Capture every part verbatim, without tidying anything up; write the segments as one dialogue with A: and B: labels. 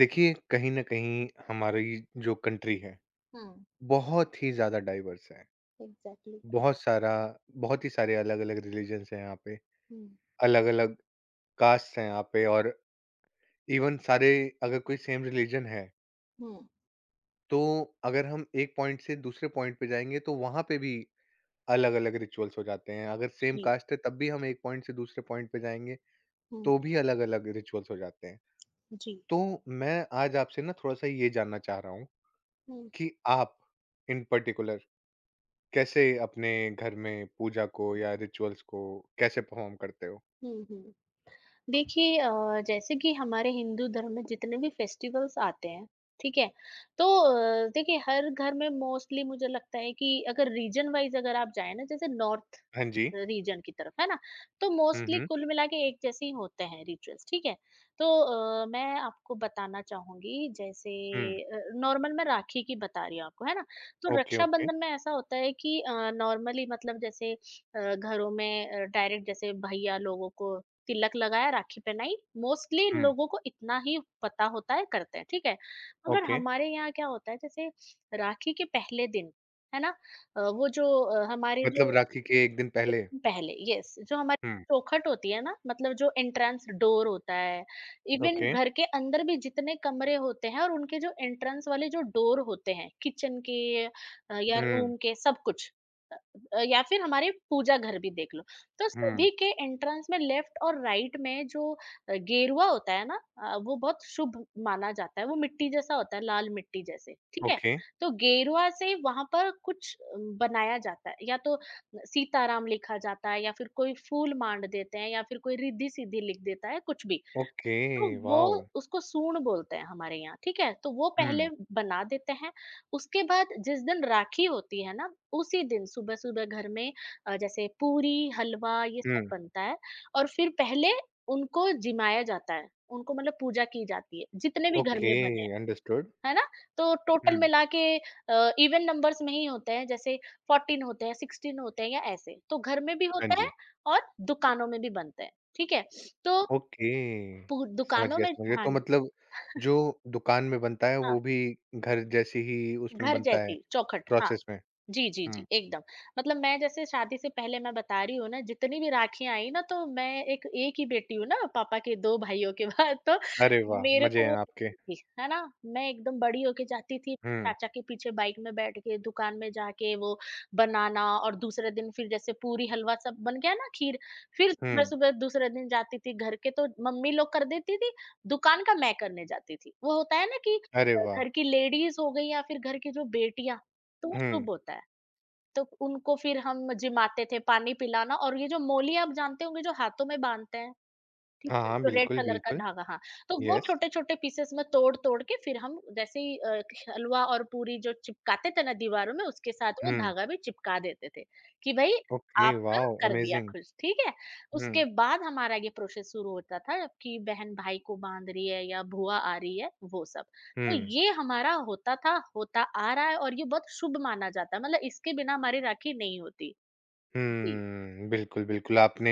A: देखिए कहीं ना कहीं हमारी जो कंट्री है
B: हाँ।
A: बहुत ही ज्यादा डाइवर्स है
B: एग्ज़ैक्टली।
A: बहुत सारा बहुत ही सारे अलग अलग रिलीजन्स हैं यहाँ पे
B: हुँ।
A: अलग अलग कास्ट हैं यहाँ पे और इवन सारे अगर कोई सेम रिलीजन है
B: हुँ।
A: तो अगर हम एक पॉइंट से दूसरे पॉइंट पे जाएंगे तो वहां पे भी अलग अलग रिचुअल्स हो जाते हैं। अगर सेम
B: जी।
A: कास्ट है तब भी हम एक पॉइंट से दूसरे पॉइंट पे जाएंगे
B: हुँ।
A: तो भी अलग अलग रिचुअल्स हो जाते हैं।
B: जी।
A: तो मैं आज आपसे ना थोड़ा सा ये जानना चाह रहा हूँ
B: हुँ।
A: कि आप इन पर्टिकुलर कैसे अपने घर में पूजा को या रिचुअल्स को कैसे परफॉर्म करते हो?
B: हुँ, हुँ। देखिए अ, जैसे कि हमारे हिंदू धर्म में जितने भी फेस्टिवल्स आते हैं, ठीक है? तो अ, देखिए हर घर में मोस्टली मुझे लगता है कि अगर रीजन वाइज़ अगर आप जाएँ ना जैसे नॉर्थ
A: हाँ जी।
B: रीजन की तरफ, है ना? तो
A: हुँ,
B: मोस्टली
A: हुँ।
B: कुल मिला के एक जैसे ही होते हैं रिचुअल्स, ठीक है? तो अ, मैं आपको बताना चाहूँगी जैसे
A: हुँ।
B: अ, नॉर्मल मैं राखी की बता रही हूँ आपको, है ना? तो
A: ओके, ओके।
B: रक्षाबंधन में ऐसा होता है कि अ, नॉर्मली मतलब जैसे अ, घरों में अ, डायरेक्ट जैसे भैया लोगों को तिलक लगाया, राखी पहनाई, मोस्टली
A: हुँ,
B: लोगों को इतना ही पता होता है, करते हैं, ठीक है? मगर
A: ओके।
B: हमारे यहाँ क्या होता है जैसे राखी के पहले दिन, है ना? अ, वो जो अ, हमारे
A: मतलब
B: जो
A: राखी के एक दिन पहले?
B: पहले यस जो हमारी
A: हुँ,
B: चौखट होती है ना मतलब जो एंट्रेंस डोर होता है। Even
A: okay.
B: घर के अंदर भी जितने कमरे होते हैं और उनके जो एंट्रेंस वाले जो डोर होते हैं किचन के अ, या
A: हुँ,
B: रूम के सब कुछ अ, या फिर हमारे पूजा घर भी देख लो। तो
A: हुँ।
B: सभी के एंट्रेंस में लेफ्ट और राइट में जो अ, गेरुआ होता है ना। अ, वो बहुत शुभ माना जाता है, वो मिट्टी जैसा होता है, लाल मिट्टी जैसे, ठीक है?
A: ओके,
B: तो गेरुआ से वहाँ पर कुछ अ, बनाया जाता है, या तो सीताराम लिखा जाता है या फिर कोई फूल मांड देते हैं या फिर कोई रिद्धि-सिद्धि लिख देता है, कुछ भी।
A: ओके।
B: तो वो
A: वॉव!
B: उसको सूंड बोलते हैं हमारे यहाँ, ठीक है? तो वो
A: हुँ,
B: पहले बना देते हैं, उसके बाद जिस दिन राखी होती है ना, उसी दिन सुबह-सुबह घर में अ, जैसे पूरी, हलवा ये
A: हुँ।
B: सब बनता है। और फिर पहले उनको जिमाया जाता है, उनको मतलब पूजा की जाती है, जितने भी घर
A: ओके,
B: में बने हैं,
A: अंडरस्टूड।
B: है ना? तो टोटल
A: हुँ।
B: मिला के अ, इवन नंबर्स में ही होते हैं, जैसे चौदह होते हैं, सोलह होते हैं या ऐसे। तो घर में भी
A: हाँ
B: होता है
A: जी।
B: और दुकानों में भी बनते हैं, ठीक है? तो
A: ओके,
B: पू
A: समझ
B: दुकानों
A: गया,
B: में।
A: समझ गया।
B: हाँ
A: तो
B: जी।
A: मतलब जो दुकान में बनता है
B: हाँ,
A: वो भी घर जैसी ही उसमें
B: घर
A: बनता है,
B: जैसी चौखट हाँ,
A: प्रोसेस में?
B: जी, जी,
A: हुँ।
B: जी, एकदम। मतलब मैं जैसे शादी से पहले मैं बता रही हूँ ना, जितनी भी राखियाँ आई ना, तो मैं एक एक ही बेटी हूँ ना पापा के दो भाइयों के बाद, तो
A: अरे वाह!
B: मेरे
A: मज़े
B: को
A: हैं
B: वो
A: आपके।
B: थी, है ना? मैं एकदम बड़ी होके जाती थी,
A: हुँ,
B: चाचा के पीछे बाइक में बैठ के, दुकान में जाके वो बनाना। और दूसरे दिन फिर जैसे पूरी, हलवा सब बन गया ना, खीर, फिर
A: हुँ।
B: सुबह-सुबह दूसरे दिन जाती थी घर के तो मम्मी लोग कर देती थी, दुकान का मैं करने जाती थी। वो होता है ना कि
A: अरे
B: अ,
A: वाह!
B: घर की लेडीज़ हो गई या फिर घर की जो बेटियाँ, तो वो
A: हुँ।
B: शुभ होता है। तो उनको फिर हम जिमाते थे, पानी पिलाना और ये जो मोली आप जानते होंगे जो हाथों में बाँधते हैं, ठीक
A: हाँ,
B: है?
A: हाँ,
B: जो रेड
A: बिल्कुल,
B: कलर का
A: बिल्कुल।
B: धागा हाँ, तो वो
A: यस।
B: छोटे-छोटे पीसेस में तोड़-तोड़ के फिर हम जैसे ही अ, हलवा और पूरी जो चिपकाते थे ना दीवारों में उसके साथ वो
A: हुँ।
B: धागा भी चिपका देते थे, कि भई
A: ओके,
B: आपका
A: वॉव!
B: कर दिया
A: अमेज़िंग।
B: खुश, ठीक है?
A: हुँ,
B: उसके बाद हमारा ये प्रोसेस शुरू होता था कि बहन भाई को बाँध रही है या भूआ आ रही है, वो सब। तो
A: हुँ,
B: ये हमारा होता था, होता आ रहा है और ये बहुत शुभ माना जाता है, मतलब इसके बिना हमारी राखी नहीं होती। जी,
A: हुँ। बिल्कुल, बिल्कुल, आपने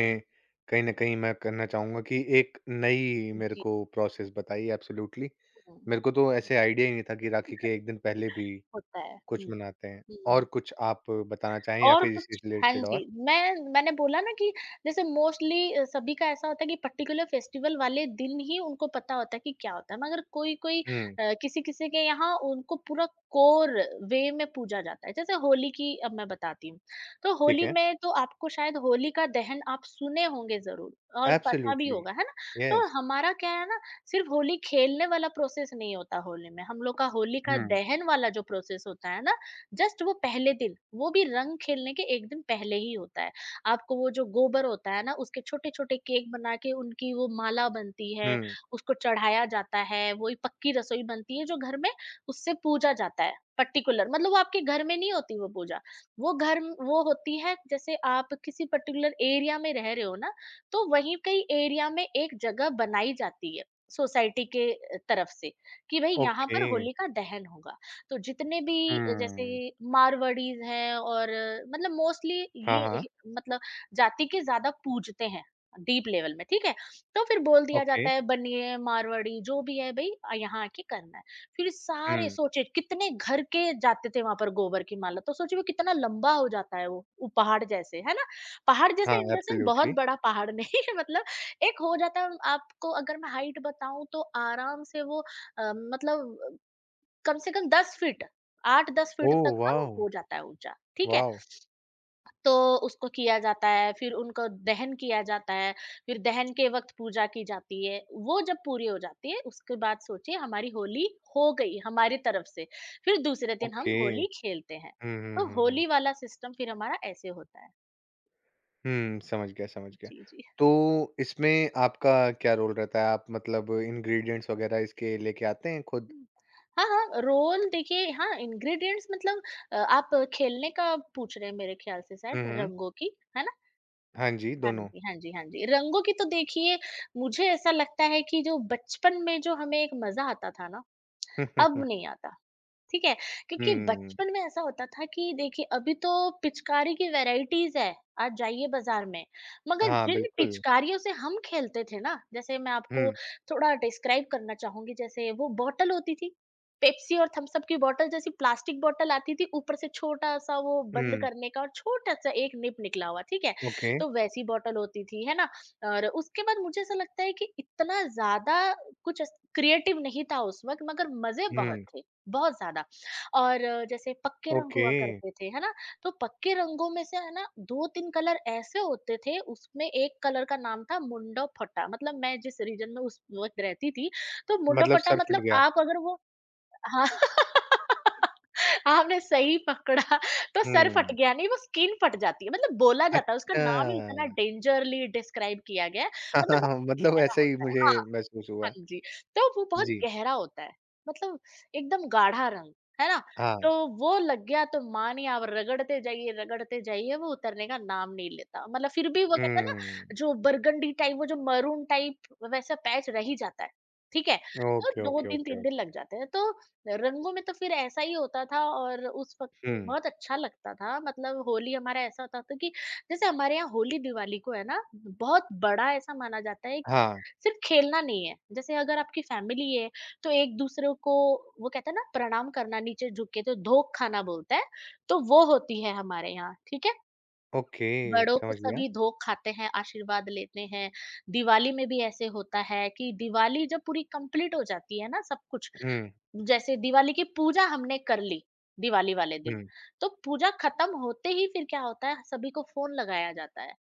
A: कहीं न कहीं मैं कहना चाहूँगा कि एक नई
B: जी,
A: मेरे
B: जी।
A: को प्रोसेस बताई एब्सोल्यूटली।
B: हुँ,
A: मेरे को तो ऐसे आईडिया ही नहीं था कि राखी के एक दिन पहले भी
B: होता है।
A: कुछ
B: हुँ।
A: मनाते हैं। और
B: हुँ।
A: कुछ आप बताना चाहें या
B: और
A: फिर इससे
B: कुछ हाँ
A: रिलेटेड और?
B: जी, मैं मैंने बोला ना कि जैसे मोस्टली अ, सभी का ऐसा होता है कि पर्टिकुलर फेस्टिवल वाले दिन ही उनको पता होता है कि क्या होता है। मगर कोई-कोई
A: हुँ,
B: अ, किसी-किसी के यहाँ उनको पूरा कोर वे में पूजा जाता है। जैसे होली की अब मैं बताती हूँ। तो
A: ठीक
B: होली
A: है।
B: में तो आपको शायद होली का दहन आप सुने होंगे ज़रूर और पता भी
A: एब्सोल्यूटली।
B: होगा, है ना? तो
A: यस।
B: हमारा क्या है ना, सिर्फ होली खेलने वाला प्रोसेस नहीं होता होली में। हम लोग का होली का
A: हुँ,
B: दहन वाला जो प्रोसेस होता है ना जस्ट वो पहले दिन, वो भी रंग खेलने के एक दिन पहले ही होता है। आपको वो जो गोबर होता है ना, उसके छोटे-छोटे केक बना के उनकी वो माला बनती है,
A: हुँ।
B: उसको चढ़ाया जाता है, वही पक्की रसोई बनती है जो घर में उससे पूजा जाता है, पर्टिकुलर मतलब वो आपके घर में नहीं होती वो पूजा। वो घर म- वो होती है जैसे आप किसी पर्टिकुलर एरिया में रह रहे हो ना, तो वहीं कई एरिया में एक जगह बनाई जाती है सोसाइटी के तरफ से, कि भई यहाँ
A: ओके।
B: पर होलिका दहन होगा। तो जितने भी जैसे
A: हुँ।
B: मारवाड़ीज हैं और मतलब मोस्टली
A: हाँ,
B: ये
A: हाँ।
B: ही- मतलब जाति के ज्यादा पूजते हैं डीप लेवल में, ठीक है। तो फिर बोल दिया
A: ओके।
B: जाता है बनिए मारवाड़ी जो भी है भाई आ, यहाँ आके करना है। फिर सारे
A: हुँ।
B: सोचे कितने घर के जाते थे वहां पर गोबर की माला तो सोचे वो कितना लंबा हो जाता है। वो वो पहाड़ जैसे है ना, पहाड़
A: हाँ,
B: जैसे इन द सेंस बहुत
A: एब्सोल्युटली।
B: बड़ा पहाड़ नहीं है, मतलब एक हो जाता है। आपको अगर मैं हाइट बताऊं तो आराम से वो अ, मतलब कम से कम दस फीट, आठ से दस फीट
A: ओह
B: तक का वो
A: वाओ!
B: हो जाता है ऊँचा, ठीक है?
A: वाओ!
B: तो उसको किया जाता है, फिर उनको दहन किया जाता है, फिर दहन के वक़्त पूजा की जाती है। वो जब पूरी हो जाती है, उसके बाद सोचिए हमारी होली हो गई हमारी तरफ से, फिर दूसरे दिन हम
A: ओके।
B: होली खेलते हैं।
A: हुँ, हुँ,
B: तो
A: हुँ, हुँ।
B: होली वाला सिस्टम फिर हमारा ऐसे होता है।
A: हुँ, समझ गया, समझ गया।
B: जी, जी।
A: तो इसमें आपका क्या रोल रहता है? आप मतलब इंग्रीडिएंट्स वग़ैरह इसके लेके आते हैं खुद?
B: हुँ। हाँ, हाँ, रोल देखिए हाँ, इंग्रीडिएंट्स मतलब अ, आप खेलने का पूछ रहे हैं मेरे ख्याल से
A: हुँ,
B: शायद
A: हुँ।
B: रंगों की, है ना?
A: हाँ जी,
B: हाँ
A: दोनों।
B: जी, हाँ जी, हाँ जी। रंगों की तो देखिए मुझे ऐसा लगता है कि जो बचपन में जो हमें एक मज़ा आता था ना, अब नहीं आता। ठीक है, क्योंकि
A: हुँ।
B: बचपन में ऐसा होता था कि देखिए अभी तो पिचकारी की वैरायटीज है, आज जाइए बाजार में। मगर
A: हाँ,
B: जिन
A: बिल्कुल।
B: पिचकारियों से हम खेलते थे ना जैसे मैं आपको
A: हुँ,
B: थोड़ा डिस्क्राइब करना चाहूंगी, जैसे वो बॉटल होती थी, पेप्सी और थम्स अप की बॉटल जैसी प्लास्टिक बॉटल आती थी, ऊपर से छोटा सा वो बंद
A: हुँ।
B: करने का और छोटा सा एक निप निकला हुआ, ठीक है?
A: ओके।
B: तो वैसी बॉटल होती थी, है ना? और उसके बाद मुझे ऐसा लगता है कि इतना ज्यादा कुछ क्रिएटिव नहीं था उस वक्त, मगर मजे बहुत
A: हुँ,
B: थे, बहुत ज़्यादा। और जैसे पक्के रंग
A: ओके।
B: हुआ करते थे, है ना? तो पक्के रंगों में से है ना दो तीन कलर ऐसे होते थे, उसमें एक कलर का नाम था मुंडाफटा, मतलब मैं जिस रीजन में उस वक़्त रहती थी, तो
A: मतलब
B: मुंडाफटा
A: सर फट
B: मतलब
A: गया।
B: आप अगर वो हाँ। आपने सही पकड़ा, तो सर फट
A: हुँ।
B: गया नहीं वो स्किन फट जाती है, मतलब बोला जाता है उसका नाम ही इतना
A: अच्छा।
B: डेंजरली डिस्क्राइब किया गया है, मतलब वो
A: हाँ मतलब
B: गहरा
A: ऐसा ही
B: होता है।
A: मुझे
B: हाँ।
A: महसूस
B: हाँ
A: हुआ।
B: जी, तो वो बहुत
A: जी।
B: गहरा होता है, मतलब एकदम गाढ़ा रंग, है ना?
A: हाँ।
B: तो वो लग गया तो मानिए आप रगड़ते जाइए, रगड़ते जाइए वो उतरने का नाम नहीं लेता, मतलब फिर भी वो कहते हैं
A: हुँ।
B: ना जो बरगंडी टाइप वो जो मैरून टाइप वैसा पैच रह ही जाता है, ठीक है? तो
A: ओके,
B: दो
A: ओके,
B: दिन
A: ओके,
B: तीन दिन
A: ओके।
B: लग जाते हैं, तो रंगों में तो फिर ऐसा ही होता था और उस वक़्त तो
A: हुँ।
B: बहुत अच्छा लगता था, मतलब होली हमारा ऐसा होता था कि जैसे हमारे यहाँ होली-दिवाली को है ना, बहुत बड़ा ऐसा माना जाता है।
A: हाँ,
B: सिर्फ खेलना नहीं है, जैसे अगर आपकी फैमिली है तो एक दूसरे को वो कहते हैं ना प्रणाम करना नीचे झुक के, तो धोक खाना बोलते हैं, तो वो होती है हमारे यहाँ, ठीक है।
A: ओके,
B: बड़ों को
A: समझ गया।
B: सभी धोख खाते हैं आशीर्वाद लेते हैं। दिवाली में भी ऐसे होता है कि दिवाली जब पूरी कंप्लीट हो जाती है ना सब कुछ,
A: हुँ,
B: जैसे दिवाली की पूजा हमने कर ली दिवाली वाले दिन,
A: हुँ,
B: तो पूजा खत्म होते ही फिर क्या होता है सभी को फोन लगाया जाता है।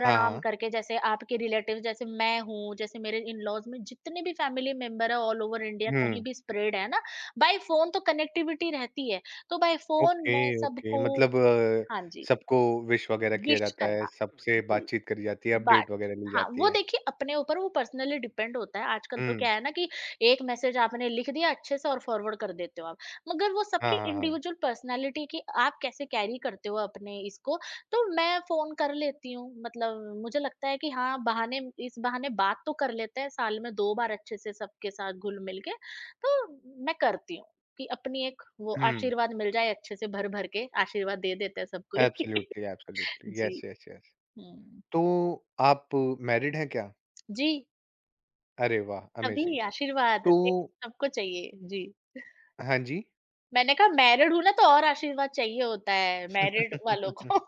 A: हाँ, हाँ।
B: करके जैसे आपके रिलेटिव जैसे मैं हूँ, जैसे मेरे इन लॉज में जितने भी फैमिली मेंबर है ऑल ओवर इंडिया कहीं
A: हुँ,
B: भी स्प्रेड है ना, बाय फोन तो कनेक्टिविटी रहती है, तो बाय फोन
A: ओके,
B: मैं
A: ओके
B: सबको
A: मतलब अ,
B: हाँ जी
A: सबको विश वगैरह किया
B: विश
A: जाता है,
B: करना
A: सबसे
B: जी
A: बातचीत करी जाती है,
B: बात
A: अपडेट
B: की।
A: वगैरह ली
B: हाँ,
A: जाती
B: वो
A: है।
B: देखिए अपने ऊपर वो पर्सनली डिपेंड होता है। आजकल तो
A: हुँ,
B: क्या है ना कि एक मैसेज आपने लिख दिया अच्छे से और फॉरवर्ड कर देते हो आप। मगर वो
A: हाँ,
B: सबकी
A: हाँ, हाँ।
B: इंडिविजुअल पर्सनैलिटी की आप कैसे कैरी करते हो अपने इसको, तो मैं फ़ोन कर लेती हूँ। मतलब मुझे लगता है कि हाँ, बहाने इस बहाने बात तो कर लेते हैं साल में दो बार अच्छे से सबके साथ घुल-मिल के, तो मैं करती हूँ कि अपनी एक वो
A: हुँ,
B: आशीर्वाद मिल जाए अच्छे से, भर-भर के आशीर्वाद दे देते हैं सबको।
A: Absolutely, absolutely.
B: जी।
A: Yes, yes, yes.
B: हुँ।
A: तो आप मैरिड हैं क्या?
B: जी।
A: अरे वाह! अमेज़िंग।
B: तभी आशीर्वाद
A: तो
B: देख सबको चाहिए। जी,
A: हाँ जी।
B: मैंने कहा मैरिड हूँ ना तो और आशीर्वाद चाहिए होता है मैरिड वालों को।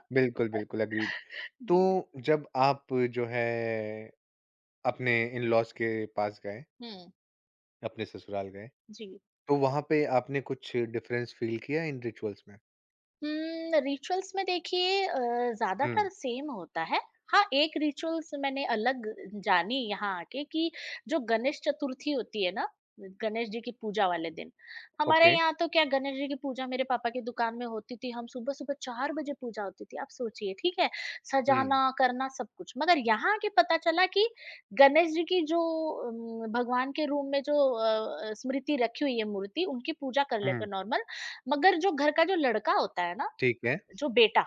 A: बिल्कुल, बिल्कुल, एग्रीड। तो
B: जी,
A: जब आप जो है अपने इन-लॉज़ के पास गए,
B: हुँ,
A: अपने ससुराल गए
B: जी।
A: तो वहाँ पे आपने कुछ डिफरेंस फ़ील किया इन रिचुअल्स में?
B: हुँ, रिचुअल्स में देखिए अ,
A: हुँ,
B: ज़्यादातर सेम होता है। हाँ, एक रिचुअल्स मैंने अलग जानी यहाँ आके कि जो गणेश चतुर्थी होती है ना, गणेश जी की पूजा वाले दिन, हमारे
A: ओके।
B: यहाँ तो क्या गणेश जी की पूजा मेरे पापा की दुकान में होती थी, हम सुबह-सुबह चार बजे पूजा होती थी, आप सोचिए, ठीक है?
A: हुँ,
B: सजाना, करना सब कुछ। मगर यहाँ आके पता चला कि गणेश जी की जो अम, भगवान के रूम में जो अ अ, स्मृति रखी हुई है मूर्ति, उनकी पूजा कर लेते
A: हुँ,
B: हैं नॉर्मल, मगर जो घर का जो लड़का होता है ना,
A: ठीक है।
B: जो बेटा,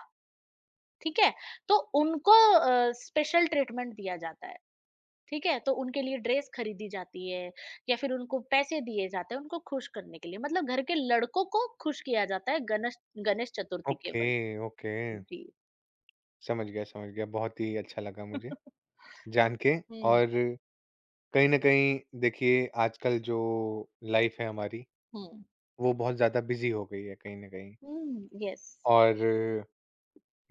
B: ठीक है? तो उनको अ, स्पेशल ट्रीटमेंट दिया जाता है, ठीक है? तो उनके लिए ड्रेस खरीदी जाती है या फिर उनको पैसे दिए जाते हैं उनको खुश करने के लिए। मतलब घर के लड़कों को खुश किया जाता है गणेश गणेश चतुर्थी के
A: ओके,
B: बल
A: ओके।
B: जी।
A: समझ गया, समझ गया। बहुत ही अच्छा लगा मुझे जान के
B: हुँ,
A: और कहीं न कहीं देखिए आजकल जो लाइफ़ है हमारी,
B: हुँ,
A: वो बहुत ज़्यादा बिज़ी हो गई है कहीं न कहीं।
B: हुँ, यस।
A: और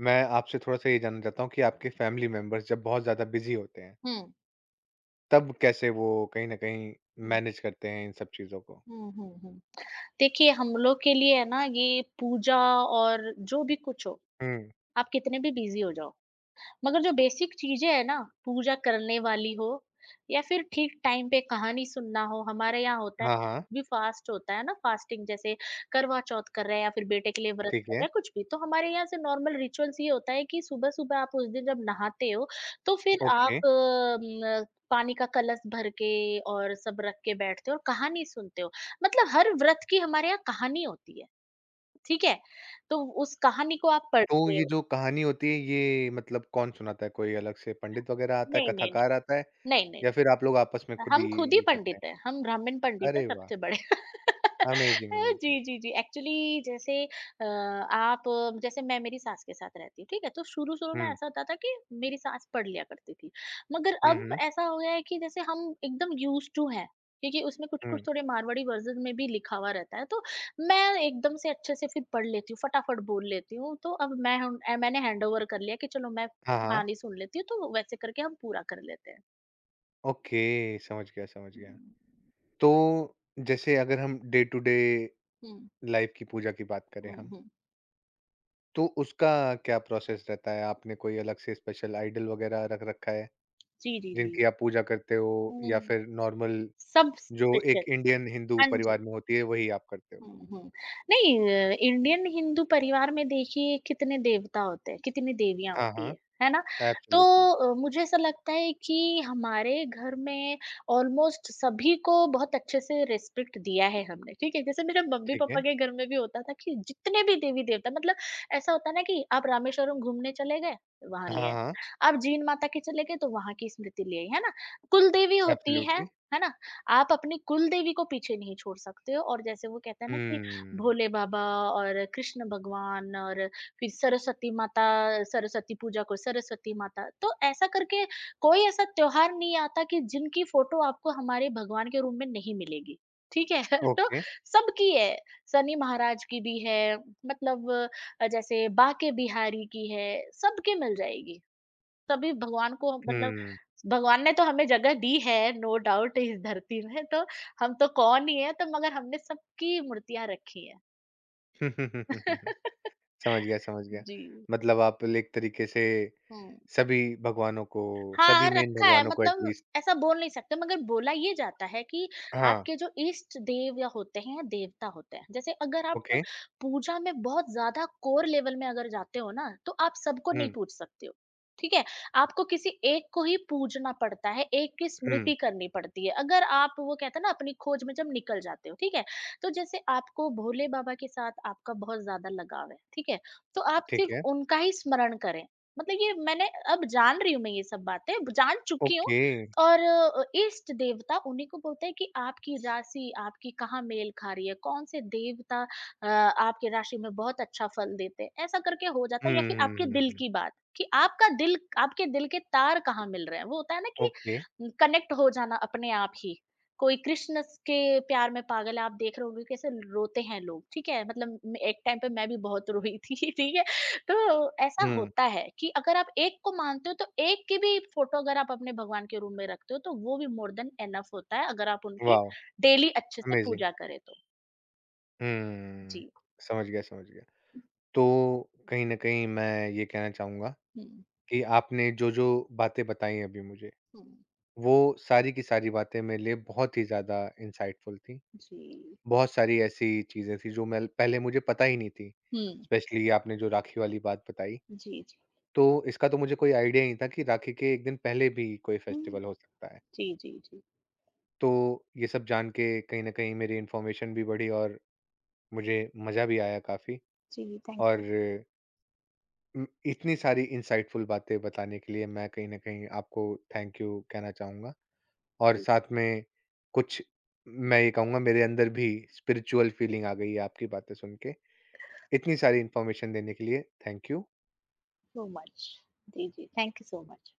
A: मैं आपसे थोड़ा-सा ये जानना चाहता हूँ कि आपके फैमिली मेंबर्स जब बहुत ज़्यादा बिज़ी होते हैं,
B: हुँ,
A: तब कैसे वो कहीं न कहीं
B: हुँ,
A: मैनेज करते हैं इन सब चीज़ों को?
B: हुँ, हुँ, हुँ। देखिए हम लोग के लिए है ना ये पूजा और जो भी कुछ हो,
A: हुँ।
B: आप कितने भी बिज़ी हो जाओ मगर जो बेसिक चीज़ें हैं ना, पूजा करने वाली हो या फिर ठीक टाइम पे कहानी सुनना हो, हमारे यहाँ होता है
A: हाँ, हाँ।
B: भी फास्ट होता है ना, फास्टिंग जैसे करवा चौथ कर रहे हैं या फिर बेटे के लिए व्रत
A: ठीक
B: कर रहे
A: है।
B: हैं, कुछ भी। तो हमारे यहाँ से नॉर्मल रिचुअल्स ये होता है कि सुबह-सुबह आप उस दिन जब नहाते हो, तो फिर
A: ओके।
B: आप अम, पानी का कलश भर के और सब रख के बैठते हो और कहानी सुनते हो। मतलब हर व्रत की हमारे यहाँ कहानी होती है, ठीक है? तो उस कहानी को आप
A: तो
B: पढ़ते
A: ये
B: हो
A: जो कहानी होती है ये मतलब कौन सुनाता है? कोई अलग से पंडित वगैरह आता है,
B: नहीं, नहीं, नहीं,
A: कथाकार आता है
B: नहीं, नहीं।
A: या फिर आप लोग आपस में खुद ही
B: हम खुद ही
A: ये करते
B: पंडित
A: हैं?
B: हैं, हम ब्राह्मण पंडित हैं
A: अरे वाह!
B: सबसे बड़े।
A: Amazing, amazing.
B: जी, जी, जी। एक्चुअली जैसे अ, आप जैसे मैं मेरी सास के साथ रहती हूँ, ठीक है? तो शुरू-शुरू में
A: हुँ।
B: ऐसा होता था कि मेरी सास पढ़ लिया करती थी। मगर
A: हुँ,
B: अब
A: हुँ,
B: ऐसा हो गया है कि जैसे हम एकदम यूज़्ड टू हैं, क्योंकि उसमें कुछ-कुछ
A: हुँ।
B: थोड़े मारवाड़ी वर्ज़न में भी लिखा हुआ रहता है, तो मैं एकदम से अच्छे से फिर पढ़ लेती हूँ, फटाफट बोल लेती हूँ। तो अब मैं हम अ, मैंने हैंडओवर कर लिया कि चलो मैं
A: हाँ, हाँ।
B: कहानी सुन लेती हूँ, तो वैसे करके हम पूरा कर लेते हैं।
A: ओके, समझ गया, समझ गया।
B: हुँ।
A: तो जैसे अगर हम डे टू डे
B: हुँ।
A: लाइफ़ की पूजा की बात करें
B: हुँ,
A: हम,
B: हुँ।
A: तो उसका क्या प्रोसेस रहता है? आपने कोई अलग से स्पेशल आइडल वगैरह रख रखा है,
B: जी, जी, जी।
A: जिनकी आप पूजा करते हो या
B: हुँ।
A: फिर नॉर्मल
B: सब
A: जो एक
B: स्पेशल।
A: इंडियन हिंदू
B: हाँ जी।
A: परिवार में होती है, वही आप करते हो?
B: हुँ, हुँ। नहीं अ, इंडियन हिंदू परिवार में देखिए कितने देवता होते हैं, कितनी देवियाँ
A: हाँ,
B: होती
A: हाँ।
B: हैं, है ना? तो
A: एब्सोल्युटली,
B: अ, मुझे ऐसा लगता है कि हमारे घर में ऑलमोस्ट सभी को बहुत अच्छे से रिस्पेक्ट दिया है हमने, ठीक है? जैसे मेरे
A: ठीक
B: मम्मी-पापा
A: है।
B: के घर में भी होता था कि जितने भी देवी-देवता मतलब ऐसा होता है ना कि आप रामेश्वरम घूमने चले गए, वहाँ
A: हाँ,
B: ले आए।
A: हाँ,
B: आप जीन माता के चले गए तो वहाँ की स्मृति ले आई, है ना? कुलदेवी होती है,
A: एब्सोल्युटली।
B: है ना? आप अपनी कुलदेवी को पीछे नहीं छोड़ सकते हो और जैसे वो कहते हैं ना कि
A: हुँ,
B: भोले बाबा और कृष्ण भगवान और फिर सरस्वती माता सरस्वती पूजा को सरस्वती माता तो ऐसा करके कोई ऐसा त्योहार नहीं आता कि जिनकी फोटो आपको हमारे भगवान के रूम में नहीं मिलेगी ठीक है। तो
A: ओके,
B: सबकी है शनि महाराज की भी है मतलब अ, जैसे बाके बिहारी की है सबके मिल जाएगी तभी भगवान को मतलब
A: हुँ।
B: भगवान ने तो हमें जगह दी है नो डाउट इस धरती में तो हम तो कौन ही है तो मगर हमने सबकी मूर्तियां रखी है।
A: समझ गया, समझ गया।
B: जी।
A: मतलब आप एक तरीके से
B: हम्म।
A: सभी भगवानों को, सभी
B: हाँ,
A: मेन
B: रखा है
A: भगवानों को
B: मतलब
A: एटलीस्ट
B: ऐसा बोल नहीं सकते मगर बोला ये जाता है कि
A: हाँ,
B: आपके जो इष्ट देव या होते हैं या देवता होते हैं, जैसे अगर आप
A: ओके,
B: पूजा में बहुत ज़्यादा कोर लेवल में अगर जाते हो ना, तो आप सबको नहीं
A: हुँ,
B: पूज सकते हो, ठीक है? आपको किसी एक को ही पूजना पड़ता है, एक की
A: हुँ,
B: स्मृति करनी पड़ती है, अगर आप वो कहते हैं ना अपनी खोज में जब निकल जाते हो, ठीक है? तो जैसे आपको भोले बाबा के साथ आपका बहुत ज़्यादा लगाव है, ठीक है? तो आप
A: ठीक
B: सिर्फ़
A: है,
B: उनका ही स्मरण करें, मतलब ये मैंने अब जान रही हूँ मैं ये सब बातें, जान चुकी हूँ
A: ओके।
B: और अ, इष्ट देवता उन्हीं को बोलते हैं कि आपकी राशि आपकी कहाँ मेल खा रही है, कौन से देवता अ, आपके राशि में बहुत अच्छा फल देते हैं, ऐसा करके हो जाता
A: हुँ,
B: है या फिर
A: हुँ,
B: आपके
A: हुँ,
B: दिल
A: हुँ,
B: की बात कि आपका दिल आपके दिल के तार कहाँ मिल रहे हैं। वो होता है ना कि
A: ओके,
B: कनेक्ट हो जाना अपने आप ही। कोई कृष्ण के प्यार में पागल है, आप देख रहे होंगे कैसे रोते हैं लोग, ठीक है? मतलब म- एक टाइम पे मैं भी बहुत रोई थी, ठीक है? तो ऐसा
A: हुँ,
B: होता है कि अगर आप एक को मानते हो तो एक की भी फोटो अगर आप अपने भगवान के रूम में रखते हो तो वो भी मोर देन एनफ होता है अगर आप उनकी
A: वॉव!
B: डेली अच्छे से
A: अमेज़िंग।
B: पूजा करें तो
A: हुँ,
B: जी।
A: समझ गया, समझ गया। तो कहीं न कहीं मैं ये कहना चाहूँगा
B: हम्म।
A: कि आपने जो-जो बातें बताई अभी मुझे
B: हम्म,
A: वो सारी की सारी बातें मेरे लिए बहुत ही ज़्यादा इंसाइटफुल थी।
B: जी।
A: बहुत सारी ऐसी चीज़ें थी जो मैं पहले मुझे पता ही नहीं थी,
B: हम्म।
A: स्पेशली आपने जो राखी वाली बात बताई,
B: जी, जी।
A: तो इसका तो मुझे कोई आइडिया ही नहीं था कि राखी के एक दिन पहले भी कोई
B: हम्म,
A: फेस्टिवल हो सकता है।
B: जी, जी, जी।
A: तो ये सब जान के कहीं न कहीं मेरी इन्फॉर्मेशन भी बढ़ी और मुझे मज़ा भी आया काफ़ी
B: जी थैंक
A: और
B: यू
A: उम, इतनी सारी इंसाइटफुल बातें बताने के लिए मैं कहीं न कहीं आपको थैंक यू कहना चाहूँगा। और साथ में कुछ मैं ये कहूँगा मेरे अंदर भी स्पिरिचुअल फीलिंग आ गई है आपकी बातें सुन के। इतनी सारी इन्फॉर्मेशन देने के लिए थैंक यू।
B: So much. जी, जी थैंक यू सो मच।